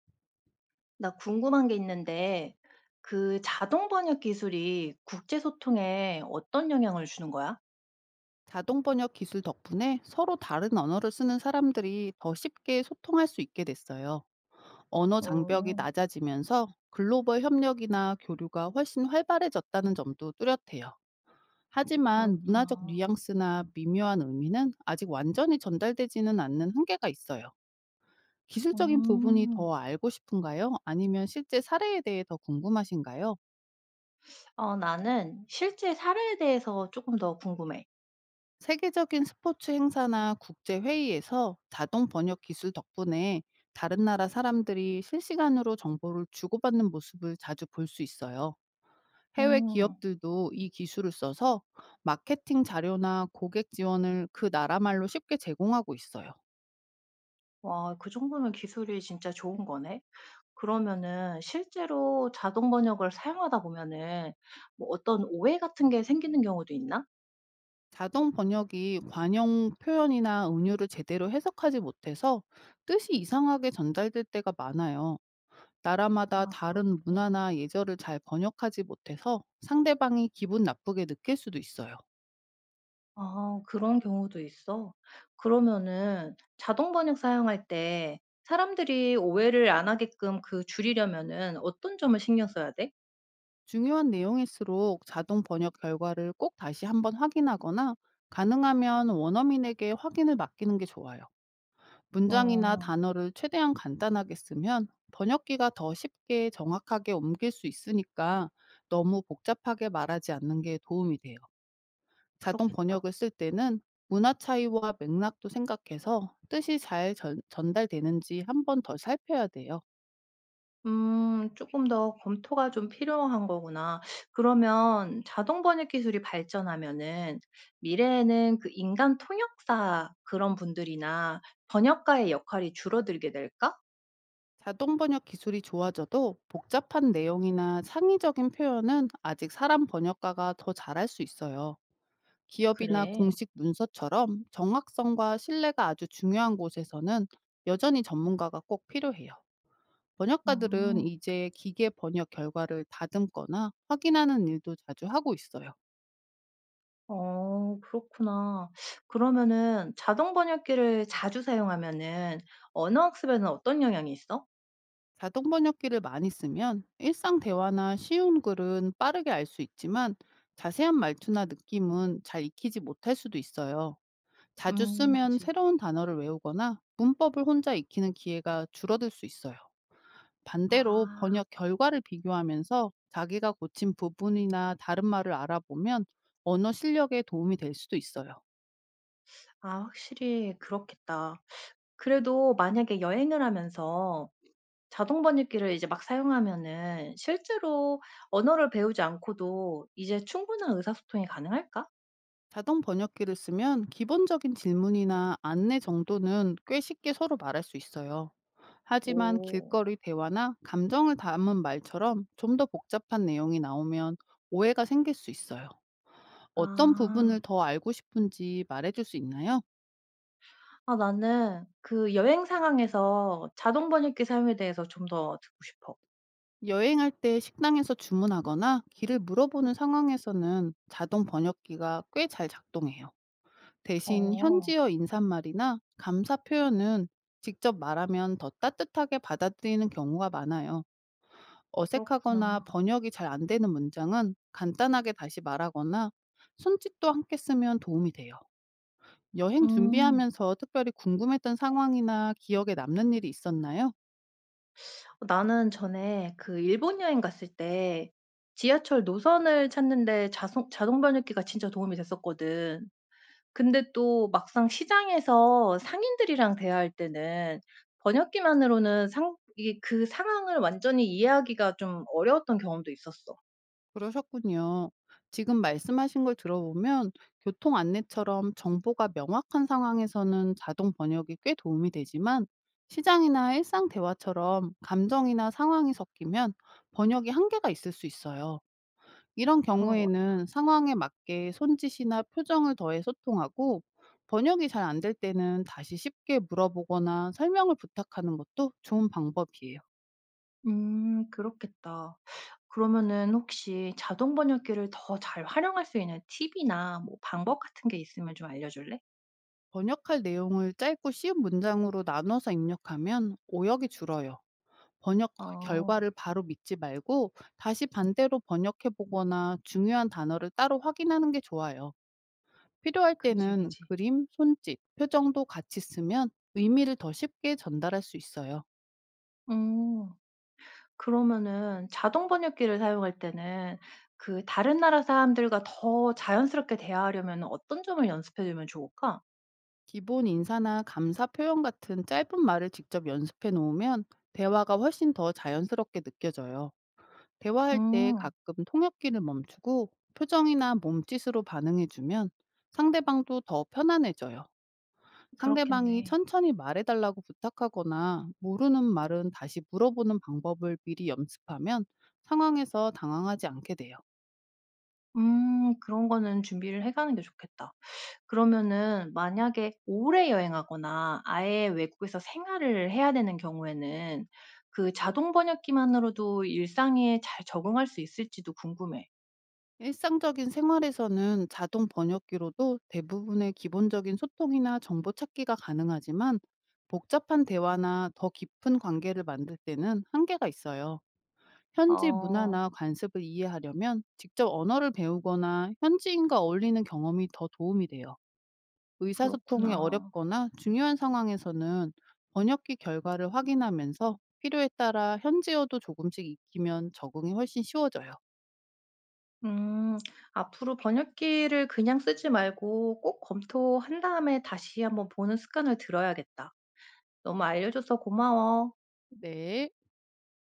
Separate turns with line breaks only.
나 궁금한 게 있는데, 그 자동 번역 기술이 국제 소통에 어떤 영향을 주는 거야?
자동 번역 기술 덕분에 서로 다른 언어를 쓰는 사람들이 더 쉽게 소통할 수 있게 됐어요. 언어 장벽이
어,
낮아지면서 글로벌 협력이나 교류가 훨씬 활발해졌다는 점도 뚜렷해요. 하지만 문화적
그렇구나.
뉘앙스나 미묘한 의미는 아직 완전히 전달되지는 않는 한계가 있어요. 기술적인 부분이
음,
더 알고 싶은가요? 아니면 실제 사례에 대해 더 궁금하신가요?
나는 실제 사례에 대해서 조금 더 궁금해.
세계적인 스포츠 행사나 국제 회의에서 자동 번역 기술 덕분에 다른 나라 사람들이 실시간으로 정보를 주고받는 모습을 자주 볼 수 있어요. 해외
음,
기업들도 이 기술을 써서 마케팅 자료나 고객 지원을 그 나라 말로 쉽게 제공하고 있어요.
와, 그 정도면 기술이 진짜 좋은 거네. 그러면은 실제로 자동 번역을 사용하다 보면은 뭐 어떤 오해 같은 게 생기는 경우도 있나?
자동 번역이 관용 표현이나 은유를 제대로 해석하지 못해서 뜻이 이상하게 전달될 때가 많아요. 나라마다
아,
다른
그렇구나.
문화나 예절을 잘 번역하지 못해서 상대방이 기분 나쁘게 느낄 수도 있어요.
아, 그런 경우도 있어? 그러면은 자동 번역 사용할 때 사람들이 오해를 안 하게끔 그 줄이려면은 어떤 점을 신경 써야 돼?
중요한 내용일수록 자동 번역 결과를 꼭 다시 한번 확인하거나 가능하면 원어민에게 확인을 맡기는 게 좋아요. 문장이나
어,
단어를 최대한 간단하게 쓰면 번역기가 더 쉽게 정확하게 옮길 수 있으니까 너무 복잡하게 말하지 않는 게 도움이 돼요. 자동
그렇겠다.
번역을 쓸 때는 문화 차이와 맥락도 생각해서 뜻이 잘 전달되는지 한 번 더 살펴야 돼요.
음, 조금 더 검토가 좀 필요한 거구나. 그러면 자동 번역 기술이 발전하면은 미래에는 그 인간 통역사, 그런 분들이나 번역가의 역할이 줄어들게 될까?
자동 번역 기술이 좋아져도 복잡한 내용이나 창의적인 표현은 아직 사람 번역가가 더 잘할 수 있어요. 기업이나
그래.
공식 문서처럼 정확성과 신뢰가 아주 중요한 곳에서는 여전히 전문가가 꼭 필요해요.
어.
번역가들은 이제 기계 번역 결과를 다듬거나 확인하는 일도 자주 하고 있어요.
어, 그렇구나. 그러면은 자동 번역기를 자주 사용하면은 언어 학습에는 어떤 영향이 있어?
자동 번역기를 많이 쓰면 일상 대화나 쉬운 글은 빠르게 알 수 있지만 자세한 말투나 느낌은 잘 익히지 못할 수도 있어요. 자주
음,
쓰면
그치.
새로운 단어를 외우거나 문법을 혼자 익히는 기회가 줄어들 수 있어요. 반대로
아.
번역 결과를 비교하면서 자기가 고친 부분이나 다른 말을 알아보면 언어 실력에 도움이 될 수도 있어요.
아, 확실히 그렇겠다. 그래도 만약에 여행을 하면서 자동 번역기를 이제 막 사용하면은 실제로 언어를 배우지 않고도 이제 충분한 의사소통이 가능할까?
자동 번역기를 쓰면 기본적인 질문이나 안내 정도는 꽤 쉽게 서로 말할 수 있어요. 하지만
오.
길거리 대화나 감정을 담은 말처럼 좀 더 복잡한 내용이 나오면 오해가 생길 수 있어요. 어떤
아.
부분을 더 알고 싶은지 말해줄 수 있나요?
아, 나는 그 여행 상황에서 자동 번역기 사용에 대해서 좀 더 듣고 싶어.
여행할 때 식당에서 주문하거나 길을 물어보는 상황에서는 자동 번역기가 꽤 잘 작동해요. 대신
어.
현지어 인사말이나 감사 표현은 직접 말하면 더 따뜻하게 받아들이는 경우가 많아요. 어색하거나
그렇구나.
번역이 잘 안 되는 문장은 간단하게 다시 말하거나 손짓도 함께 쓰면 도움이 돼요. 여행
음.
준비하면서 특별히 궁금했던 상황이나 기억에 남는 일이 있었나요?
어, 나는 전에 그 일본 여행 갔을 때 지하철 노선을 찾는 데 자송 자동 번역기가 진짜 도움이 됐었거든. 근데 또 막상 시장에서 상인들이랑 대화할 때는 번역기만으로는 상 이게 그 상황을 완전히 이해하기가 좀 어려웠던 경험도 있었어.
그러셨군요. 지금 말씀하신 걸 들어보면 교통 안내처럼 정보가 명확한 상황에서는 자동 번역이 꽤 도움이 되지만 시장이나 일상 대화처럼 감정이나 상황이 섞이면 번역이 한계가 있을 수 있어요. 이런
그런 것 같아.
경우에는 상황에 맞게 손짓이나 표정을 더해 소통하고 번역이 잘 안될 때는 다시 쉽게 물어보거나 설명을 부탁하는 것도 좋은 방법이에요.
음, 그렇겠다. 그러면은 혹시 자동 번역기를 더 잘 활용할 수 있는 팁이나 뭐 방법 같은 게 있으면 좀 알려줄래?
번역할 내용을 짧고 쉬운 문장으로 나눠서 입력하면 오역이 줄어요. 번역
어.
결과를 바로 믿지 말고 다시 반대로 번역해 보거나 중요한 단어를 따로 확인하는 게 좋아요. 필요할
그지,
때는
그지.
그림, 손짓, 표정도 같이 쓰면 의미를 더 쉽게 전달할 수 있어요.
음. 그러면은 자동 번역기를 사용할 때는 그 다른 나라 사람들과 더 자연스럽게 대화하려면 어떤 점을 연습해 두면 좋을까?
기본 인사나 감사 표현 같은 짧은 말을 직접 연습해 놓으면 대화가 훨씬 더 자연스럽게 느껴져요. 대화할 때
음.
가끔 통역기를 멈추고 표정이나 몸짓으로 반응해주면 상대방도 더 편안해져요. 상대방이
그렇겠네.
천천히 말해달라고 부탁하거나 모르는 말은 다시 물어보는 방법을 미리 연습하면 상황에서 당황하지 않게 돼요.
음. 그런 거는 준비를 해 가는 게 좋겠다. 그러면은 만약에 오래 여행하거나 아예 외국에서 생활을 해야 되는 경우에는 그 자동 번역기만으로도 일상에 잘 적응할 수 있을지도 궁금해.
일상적인 생활에서는 자동 번역기로도 대부분의 기본적인 소통이나 정보 찾기가 가능하지만 복잡한 대화나 더 깊은 관계를 만들 때는 한계가 있어요. 현지
아.
문화나 관습을 이해하려면 직접 언어를 배우거나 현지인과 어울리는 경험이 더 도움이 돼요. 의사소통이
그렇구나.
어렵거나 중요한 상황에서는 번역기 결과를 확인하면서 필요에 따라 현지어도 조금씩 익히면 적응이 훨씬 쉬워져요.
음. 앞으로 번역기를 그냥 쓰지 말고 꼭 검토한 다음에 다시 한번 보는 습관을 들어야겠다. 너무 알려줘서 고마워.
네.